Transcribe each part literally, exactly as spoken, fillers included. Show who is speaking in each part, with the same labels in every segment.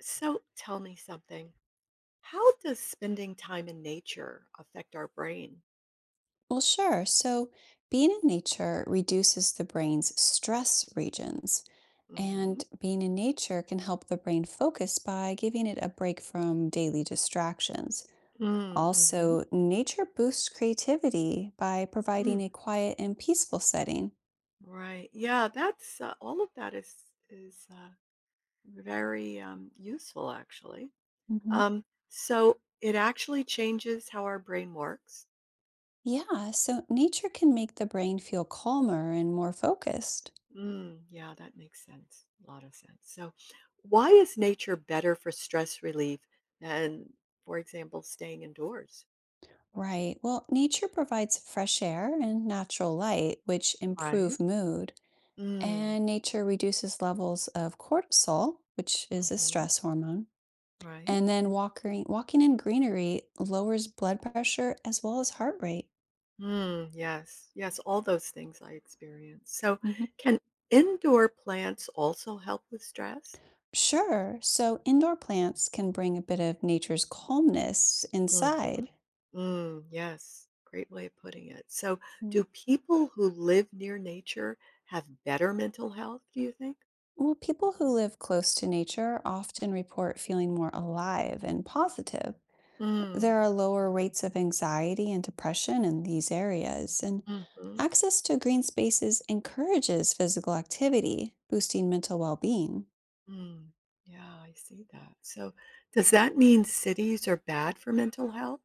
Speaker 1: So tell me something. How does spending time in nature affect our brain?
Speaker 2: Well, sure. So, being in nature reduces the brain's stress regions,
Speaker 1: Mm-hmm.
Speaker 2: and being in nature can help the brain focus by giving it a break from daily distractions.
Speaker 1: Mm, hmm.
Speaker 2: Also, nature boosts creativity by
Speaker 1: Mm,
Speaker 2: providing a quiet and peaceful setting.
Speaker 1: right. Yeah, that's uh, all of that is is uh, very um, useful actually.
Speaker 2: Hmm.
Speaker 1: Um, so it actually changes how our brain works.
Speaker 2: Yeah, so nature can make the brain feel calmer and more focused.
Speaker 1: Mm, yeah, that makes sense. A lot of sense. So why is nature better for stress relief than, for example, staying indoors?
Speaker 2: Right. Well, nature provides fresh air and natural light, which
Speaker 1: Right.
Speaker 2: improve mood.
Speaker 1: Mm,
Speaker 2: And nature reduces levels of cortisol, which is a
Speaker 1: hmm.
Speaker 2: stress hormone.
Speaker 1: Right.
Speaker 2: And then walking walking in greenery lowers blood pressure as well as heart rate.
Speaker 1: Mm, yes, yes, all those things I experience. So,
Speaker 2: Mhm.
Speaker 1: can indoor plants also help with stress?
Speaker 2: Sure. So indoor plants can bring a bit of nature's calmness
Speaker 1: Mm-hmm.
Speaker 2: inside.
Speaker 1: Mm, yes, great way of putting it. So,
Speaker 2: Mm.
Speaker 1: do people who live near nature have better mental health, do you think?
Speaker 2: Well, people who live close to nature often report feeling more alive and positive.
Speaker 1: Mm,
Speaker 2: There are lower rates of anxiety and depression in these areas, and
Speaker 1: mm-hmm,
Speaker 2: access to green spaces encourages physical activity, boosting mental well being.
Speaker 1: mm. Yeah, I see that. So, does that mean cities are bad for mental health?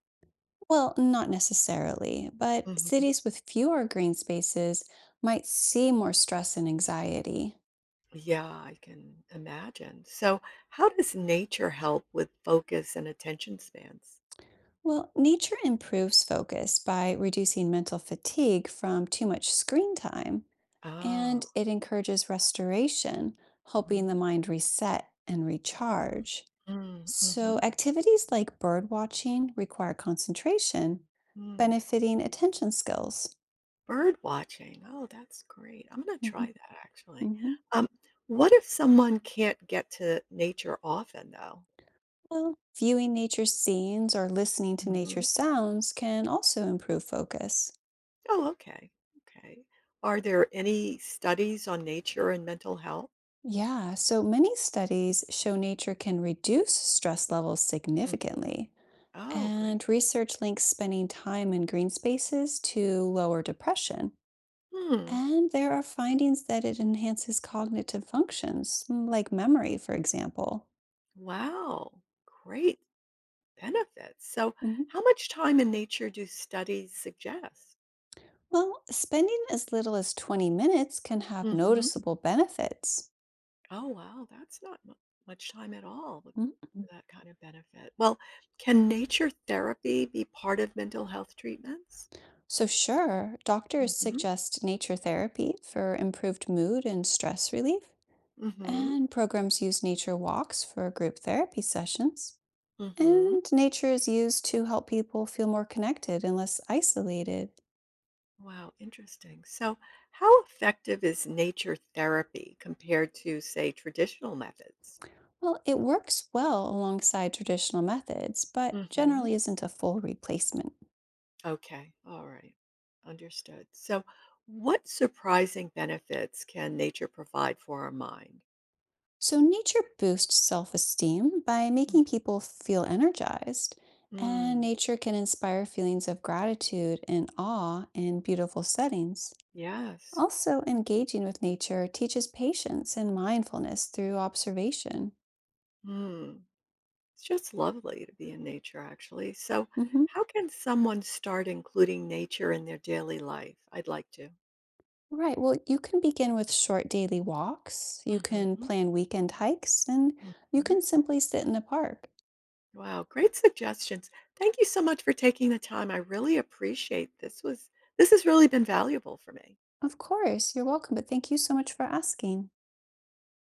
Speaker 2: Well, not necessarily, but cities with fewer green spaces might see more stress and anxiety.
Speaker 1: Yeah, I can imagine. So, how does nature help with focus and attention spans?
Speaker 2: Well, nature improves focus by reducing mental fatigue from too much screen time,
Speaker 1: Oh,
Speaker 2: and it encourages restoration, helping the
Speaker 1: mhm,
Speaker 2: mind reset and recharge.
Speaker 1: mm, mhm,
Speaker 2: So, activities like bird watching require concentration,
Speaker 1: mm.
Speaker 2: benefiting attention skills.
Speaker 1: Bird watching. Oh, that's great. I'm going to try
Speaker 2: Mhm,
Speaker 1: that actually.
Speaker 2: mhm.
Speaker 1: Um, what if someone can't get to nature often, though?
Speaker 2: Well, viewing nature scenes or listening to nature
Speaker 1: Hmm.
Speaker 2: sounds can also improve focus.
Speaker 1: Oh, okay. Okay. Are there any studies on nature and mental health?
Speaker 2: Yeah, so many studies show nature can reduce stress levels
Speaker 1: Hmm.
Speaker 2: significantly,
Speaker 1: Oh, great.
Speaker 2: and research links spending time in green spaces to lower depression.
Speaker 1: Hmm.
Speaker 2: And there are findings that it enhances cognitive functions, mm, like memory, for example.
Speaker 1: Wow. Great. Benefits. So,
Speaker 2: Mhm.
Speaker 1: how much time in nature do studies suggest?
Speaker 2: Well, spending as little as twenty minutes can have
Speaker 1: Hmm.
Speaker 2: noticeable benefits.
Speaker 1: Oh, wow, that's not mu- much time at all with- for
Speaker 2: Mhm.
Speaker 1: that kind of benefit. Well, can nature therapy be part of mental health treatments?
Speaker 2: So, sure, doctors
Speaker 1: Hmm.
Speaker 2: suggest nature therapy for improved mood and stress relief,
Speaker 1: Hmm.
Speaker 2: and programs use nature walks for group therapy sessions.
Speaker 1: Hmm.
Speaker 2: And nature is used to help people feel more connected and less isolated.
Speaker 1: Wow, interesting. So, how effective is nature therapy compared to, say, traditional methods?
Speaker 2: Well, it works well alongside traditional methods, but generally isn't a full replacement.
Speaker 1: Okay. All right. Understood. So, what surprising benefits can nature provide for our mind?
Speaker 2: So, nature boosts self esteem by
Speaker 1: Mm.
Speaker 2: making people feel energized, and
Speaker 1: Mm,
Speaker 2: nature can inspire feelings of gratitude and awe in beautiful settings.
Speaker 1: yes.
Speaker 2: Also, engaging with nature teaches patience and mindfulness through observation.
Speaker 1: Mm, it's just lovely to be in nature, actually. So,
Speaker 2: Mhm.
Speaker 1: how can someone start including nature in their daily life? I'd like to.
Speaker 2: Right. Well, you can begin with short daily walks, you can
Speaker 1: Hmm.
Speaker 2: plan weekend hikes, and
Speaker 1: Hmm.
Speaker 2: you can simply sit in a park.
Speaker 1: Wow, great suggestions. Thank you so much for taking the time. I really appreciate this. Was This has really been valuable for me.
Speaker 2: Of course, you're welcome, but thank you so much for asking.